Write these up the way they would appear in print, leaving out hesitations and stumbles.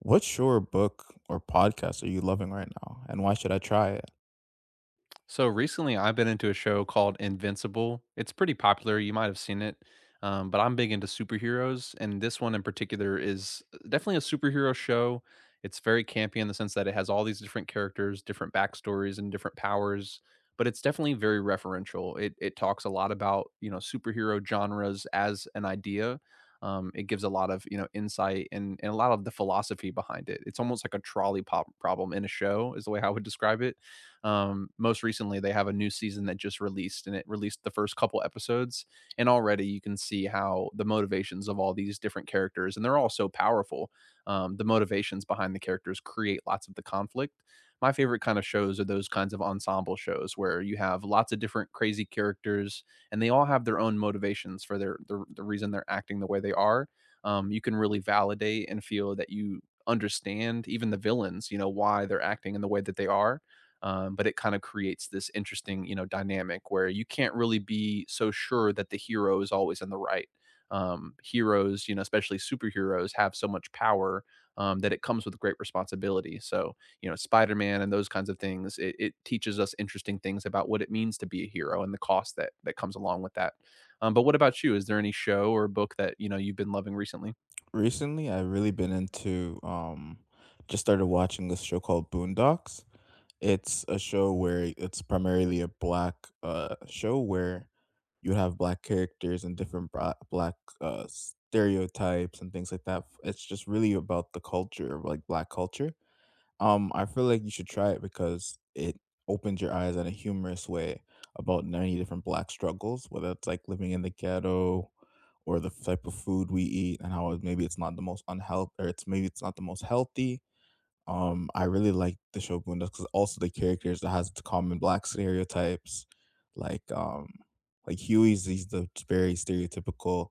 What's your book or podcast are you loving right now, and why should I try it? So recently, I've been into a show called Invincible. It's pretty popular. You might have seen it, but I'm big into superheroes, and this one in particular is definitely a superhero show. It's very campy in the sense that it has all these different characters, different backstories, and different powers. But it's definitely very referential. It talks a lot about you know superhero genres as an idea. It gives a lot of you know insight and a lot of the philosophy behind it. It's almost like a trolley pop problem in a show is the way I would describe it. Most recently, they have a new season that just released, and it released the first couple episodes. And already you can see how the motivations of all these different characters, and they're all so powerful. The motivations behind the characters create lots of the conflict. My favorite kind of shows are those kinds of ensemble shows where you have lots of different crazy characters, and they all have their own motivations for the reason they're acting the way they are. You can really validate and feel that you understand even the villains, you know, why they're acting in the way that they are, but it kind of creates this interesting you know dynamic where you can't really be so sure that the hero is always in the right. Heroes you know especially superheroes have so much power, that it comes with great responsibility so you know Spider-Man and those kinds of things it teaches us interesting things about what it means to be a hero and the cost that that comes along with that. But what about you? Is there any show or book that you know you've been loving recently? Recently, I've really been into just started watching this show called Boondocks. It's a show where it's primarily a black show where you have black characters and different black stereotypes and things like that. It's just really about the culture of like black culture. I feel like you should try it because it opened your eyes in a humorous way about many different black struggles, whether it's like living in the ghetto or the type of food we eat and how maybe it's not the most unhealthy or it's maybe it's not the most healthy. I really like the show Boondocks because also the characters that has the common black stereotypes, like um, like Huey's he's the very stereotypical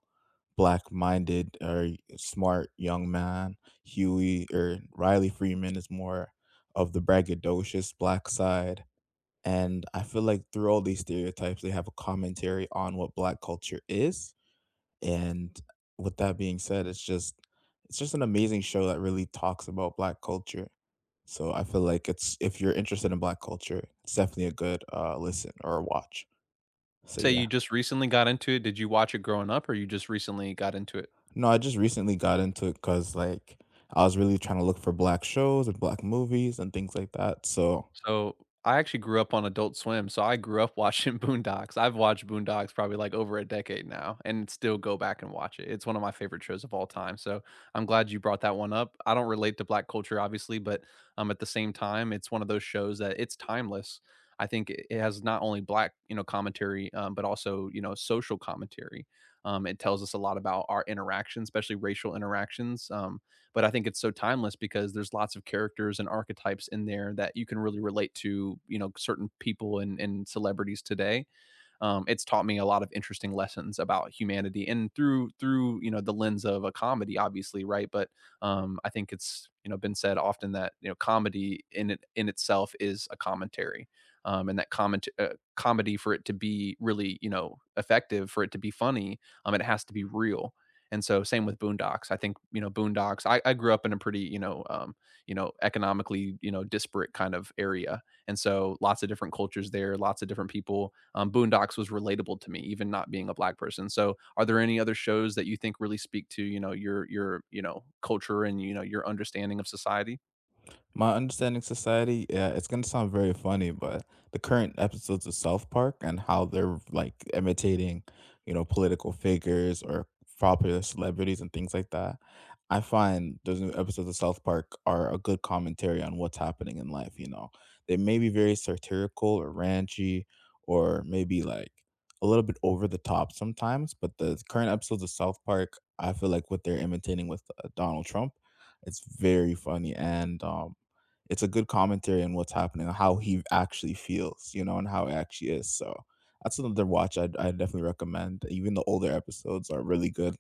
black-minded or smart young man. Huey or Riley Freeman is more of the braggadocious black side, and I feel like through all these stereotypes, they have a commentary on what black culture is. And with that being said, it's just an amazing show that really talks about black culture, so I feel like it's, if you're interested in Black culture, it's definitely a good, listen or a watch. So, Say, yeah. you just recently got into it? Did you watch it growing up or you just recently got into it? No, I just recently got into it because, like, I was really trying to look for Black shows and Black movies and things like that, so So, I actually grew up on Adult Swim, so I grew up watching Boondocks. I've watched Boondocks probably, like, over a decade now and still go back and watch it. It's one of my favorite shows of all time, so I'm glad you brought that one up. I don't relate to Black culture, obviously, but, at the same time, it's one of those shows that it's timeless. I think it has not only Black, you know, commentary, but also, you know, social commentary. It tells us a lot about our interactions, especially racial interactions, but I think it's so timeless because there's lots of characters and archetypes in there that you can really relate to, you know, certain people and celebrities today. It's taught me a lot of interesting lessons about humanity and through you know the lens of a comedy obviously right but I think it's you know been said often that you know comedy in it in itself is a commentary and that comment Comedy for it to be really you know effective for it to be funny, it has to be real and so same with Boondocks I think you know Boondocks I grew up in a pretty you know economically you know disparate kind of area and so lots of different cultures there, lots of different people. Boondocks was relatable to me, even not being a Black person. So are there any other shows that you think really speak to, you know, you know, culture and you know your understanding of society? my understanding society, yeah, it's gonna sound very funny, but the current episodes of South Park and how they're like imitating, you know, political figures or popular celebrities and things like that. I find those new episodes of South Park are a good commentary on what's happening in life. You know, they may be very satirical or ranchy, or maybe like a little bit over the top sometimes. But the current episodes of South Park, I feel like what they're imitating with Donald Trump, it's very funny, and it's a good commentary on what's happening, how he actually feels, you know, and how it actually is. So that's another watch I definitely recommend. Even the older episodes are really good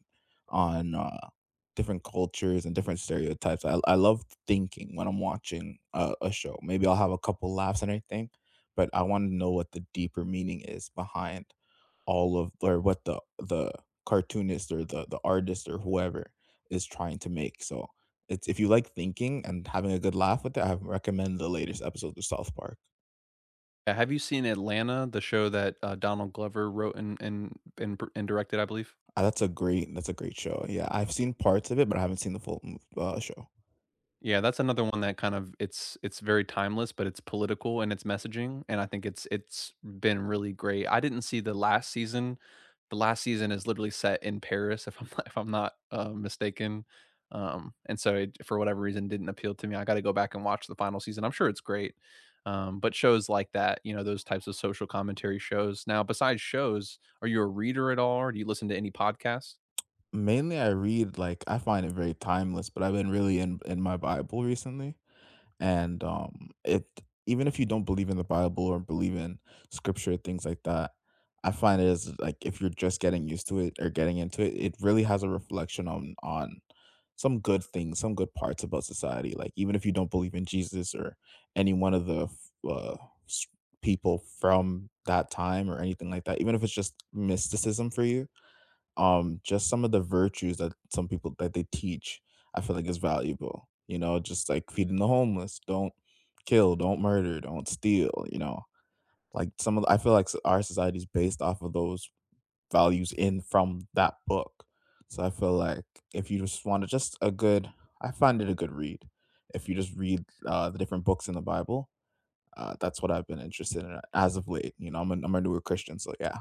on different cultures and different stereotypes. I love thinking when I'm watching a show. Maybe I'll have a couple laughs and everything, but I want to know what the deeper meaning is behind all of, or what the cartoonist or the artist or whoever is trying to make. So it's, if you like thinking and having a good laugh with it, I recommend the latest episode of South Park. Have you seen Atlanta, the show that Donald Glover wrote and directed, I believe? That's a great that's a great show. Yeah, I've seen parts of it, but I haven't seen the full show. Yeah, that's another one that kind of it's very timeless, but it's political and its messaging, and I think it's been really great. I didn't see the last season. The last season is literally set in Paris, if I'm not, if I'm not mistaken, and so it, for whatever reason didn't appeal to me. I got to go back and watch the final season. I'm sure it's great, but shows like that, you know, those types of social commentary shows. Now, besides shows, are you a reader at all, or do you listen to any podcasts? Mainly, I read, like I find it very timeless, but I've been really in my Bible recently, and it, even if you don't believe in the Bible or believe in scripture things like that, I find it is like, if you're just getting used to it or getting into it, it really has a reflection on some good things, some good parts about society, like even if you don't believe in Jesus or any one of the uh, s- people from that time or anything like that, even if it's just mysticism for you. Just some of the virtues that some people that they teach, I feel like is valuable. You know, just like feeding the homeless, don't kill, don't murder, don't steal. You know, like some of the, I feel like our society is based off of those values in from that book. So I feel like if you just want to just a good, I find it a good read. If you just read the different books in the Bible, that's what I've been interested in as of late. You know, I'm a newer Christian, so yeah.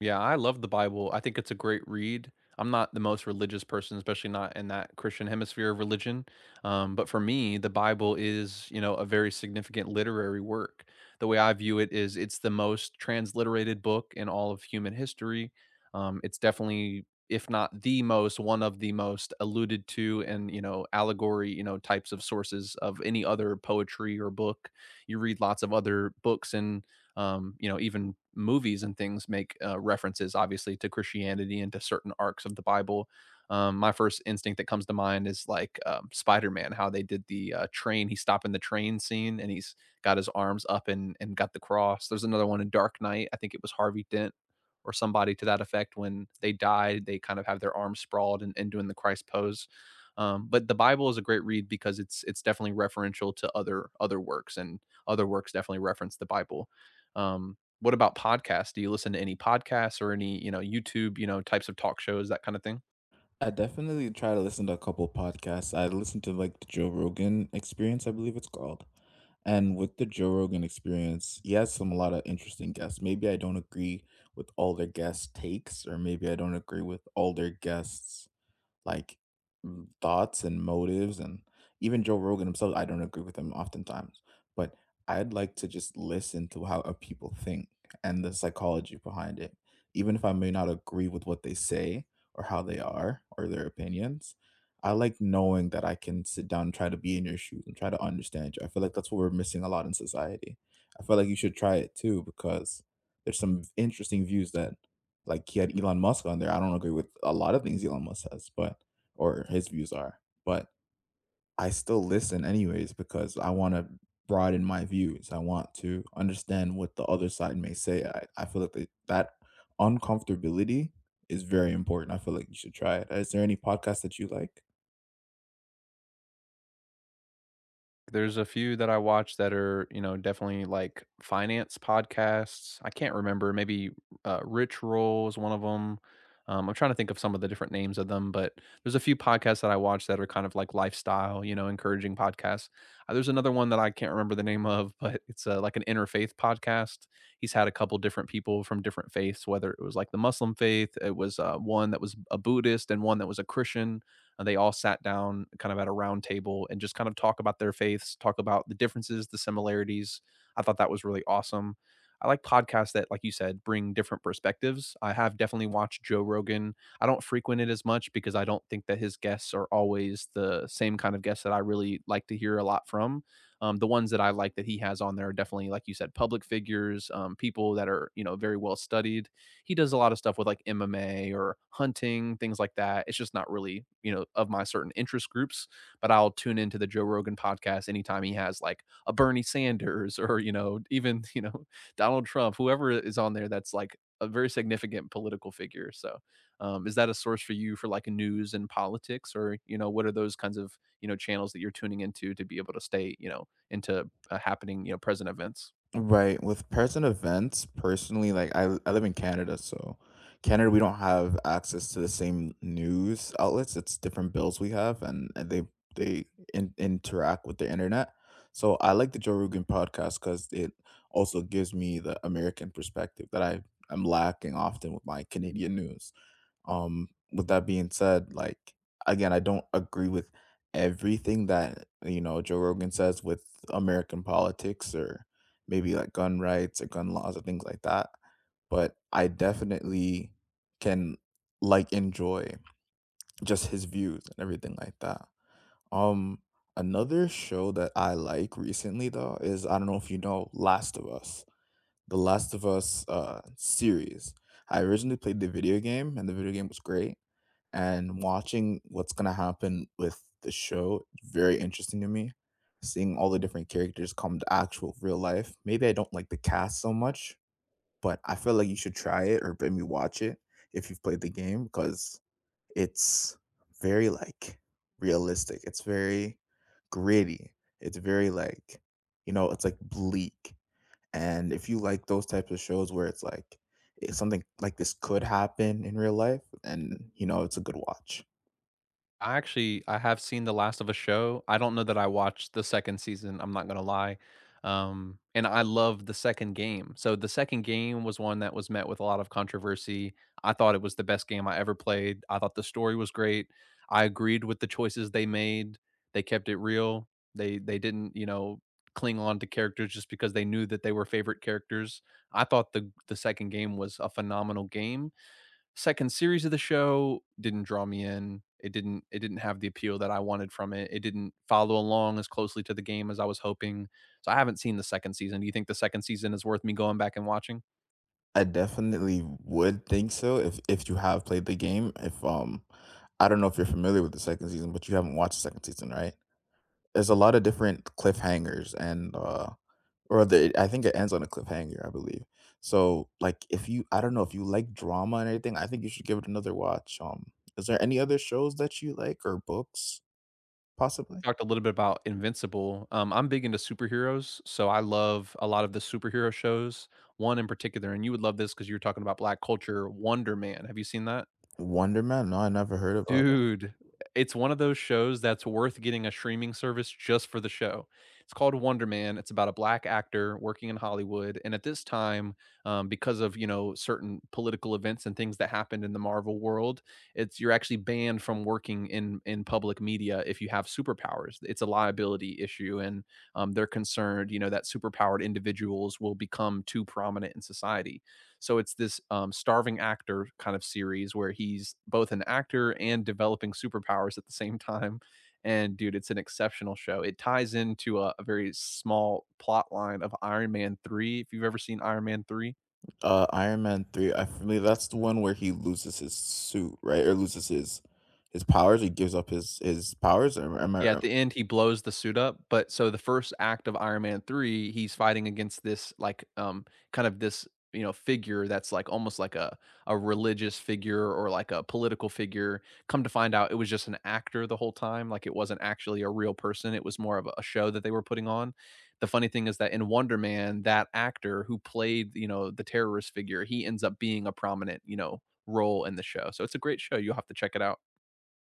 Yeah, I love the Bible. I think it's a great read. I'm not the most religious person, especially not in that Christian hemisphere of religion. But for me, the Bible is, you know, a very significant literary work. The way I view it is it's the most transliterated book in all of human history. It's definitely, if not the most, one of the most alluded to and, you know, allegory, you know, types of sources of any other poetry or book. You read lots of other books and you know even movies and things make references obviously to Christianity and to certain arcs of the Bible. My first instinct that comes to mind is like Spider-Man, how they did the train he's stopping the train scene and he's got his arms up and got the cross. There's another one in Dark Knight. I think it was Harvey Dent or somebody to that effect. When they die, they kind of have their arms sprawled and doing the Christ pose. But the Bible is a great read because it's definitely referential to other works and other works definitely reference the Bible. What about podcasts? Do you listen to any podcasts or any, you know, YouTube, you know, types of talk shows, that kind of thing? I definitely try to listen to a couple podcasts. I listen to like the Joe Rogan Experience, I believe it's called. And with the Joe Rogan Experience, he has some a lot of interesting guests. Maybe I don't agree with all their guest takes, or maybe I don't agree with all their guests like, thoughts and motives, and even Joe Rogan himself, I don't agree with him oftentimes, but I'd like to just listen to how people think and the psychology behind it. Even if I may not agree with what they say or how they are or their opinions, I like knowing that I can sit down and try to be in your shoes and try to understand you. I feel like that's what we're missing a lot in society. I feel like you should try it too because there's some interesting views that, like, he had Elon Musk on there. I don't agree with a lot of things Elon Musk says, but or his views are, but I still listen anyways because I want to broaden my views. I want to understand what the other side may say. I feel like that uncomfortability is very important. I feel like you should try it. Is there any podcast that you like? There's a few that I watch that are, you know, definitely like finance podcasts. I can't remember, maybe Rich Roll is one of them. I'm trying to think of some of the different names of them, but there's a few podcasts that I watch that are kind of like lifestyle, you know, encouraging podcasts. There's another one that I can't remember the name of, but it's like an interfaith podcast. He's had a couple different people from different faiths, whether it was like the Muslim faith, it was one that was a Buddhist, and one that was a Christian and they all sat down kind of at a round table and just kind of talk about their faiths, talk about the differences, the similarities. I thought that was really awesome. I like podcasts that, like you said, bring different perspectives. I have definitely watched Joe Rogan. I don't frequent it as much because I don't think that his guests are always the same kind of guests that I really like to hear a lot from. The ones that I like that he has on there are definitely, like you said, public figures, people that are you know very well studied. He does a lot of stuff with like MMA or hunting, things like that. It's just not really, you know, of my certain interest groups, but I'll tune into the Joe Rogan podcast anytime he has like a Bernie Sanders or, you know, even, you know, Donald Trump, whoever is on there that's like a very significant political figure. So, is that a source for you for like news and politics, or you know, what are those kinds of you know channels that you're tuning into to be able to stay you know into happening you know present events? Right. With person events, personally, like I live in Canada, so Canada, we don't have access to the same news outlets. It's different bills we have, and they interact with the internet. So I like the Joe Rogan podcast because it also gives me the American perspective that I'm lacking often with my Canadian news. With that being said, like, again, I don't agree with everything that you know Joe Rogan says with American politics or maybe like gun rights or gun laws or things like that. But I definitely can, like, enjoy just his views and everything like that. Um, another show that I like recently though is, I don't know if you know Last of Us, the Last of Us series. I originally played the video game and the video game was great, and watching what's gonna happen with the show, very interesting to me. Seeing all the different characters come to actual real life. Maybe I don't like the cast so much, but I feel like you should try it or maybe watch it if you've played the game because it's very like realistic. It's very gritty. It's very like, you know, it's like bleak. And if you like those types of shows where it's like if something like this could happen in real life, and you know, it's a good watch. I actually I have seen The Last of a Show. I don't know that I watched the 2nd season, I'm not gonna lie, and I love the 2nd game. So, the 2nd game was one that was met with a lot of controversy. I thought it was the best game I ever played. I thought the story was great. I agreed with the choices they made. They kept it real. They didn't, you know, cling on to characters just because they knew that they were favorite characters. I thought the 2nd game was a phenomenal game. Second series of the show didn't draw me in. It didn't have the appeal that I wanted from it. It didn't follow along as closely to the game as I was hoping. So I haven't seen the second season. Do you think the second season is worth me going back and watching? I definitely would think so if you have played the game. If I don't know if you're familiar with the second season, but you haven't watched the second season, right? There's a lot of different cliffhangers and or the I think it ends on a cliffhanger, I believe. So like, if you, I don't know if you like drama and everything, I think you should give it another watch. Is there any other shows that you like or books possibly? Talked a little bit about Invincible. I'm big into superheroes, so I love a lot of the superhero shows. One in particular, and you would love this because you were talking about black culture, Wonder Man. Have you seen that? Wonder Man? No, I never heard of. Dude, it's one of those shows that's worth getting a streaming service just for the show. It's called Wonder Man. It's about a black actor working in Hollywood, and at this time, because of you know certain political events and things that happened in the Marvel world, it's you're actually banned from working in public media if you have superpowers. It's a liability issue, and they're concerned, you know, that superpowered individuals will become too prominent in society. So it's this starving actor kind of series where he's both an actor and developing superpowers at the same time. And dude, it's an exceptional show. It ties into a very small plot line of Iron Man 3. If you've ever seen Iron Man 3, Iron Man 3, I believe that's the one where he loses his suit, right? Or loses his powers, he gives up his powers. Am I yeah, at r— the end, he blows the suit up, but so the first act of Iron Man 3, he's fighting against this, like, kind of this, you know, figure that's, like, almost like a religious figure or, like, a political figure. Come to find out it was just an actor the whole time, like, it wasn't actually a real person, it was more of a show that they were putting on. The funny thing is that in Wonder Man, that actor who played, you know, the terrorist figure, he ends up being a prominent, you know, role in the show, so it's a great show, you'll have to check it out.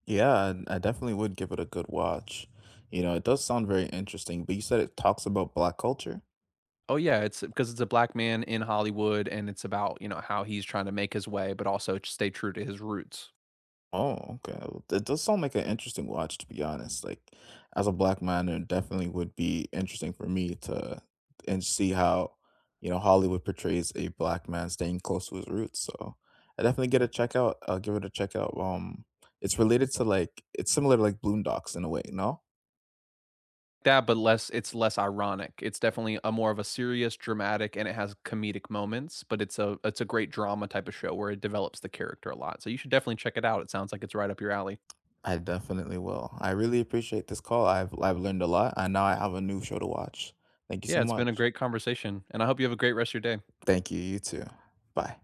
yeah, I definitely would give it a good watch. You know, it does sound very interesting, but you said it talks about black culture? Oh yeah, it's because it's a black man in Hollywood and it's about, you know, how he's trying to make his way, but also to stay true to his roots. Oh, okay. Well, that does sound like an interesting watch, to be honest. Like, as a black man, it definitely would be interesting for me to and see how, you know, Hollywood portrays a black man staying close to his roots. So I definitely get a check out. I'll give it a check out. It's related to like, it's similar to like Boondocks in a way. No, That, but less it's less ironic. It's definitely a more of a serious, dramatic, and it has comedic moments, but it's a great drama type of show where it develops the character a lot. So you should definitely check it out. It sounds like it's right up your alley. I definitely will. I really appreciate this call. I've learned a lot, and now I have a new show to watch. Thank you Yeah, so it's been a much. great conversation, and I hope you have a great rest of your day. Thank you. You too. Bye.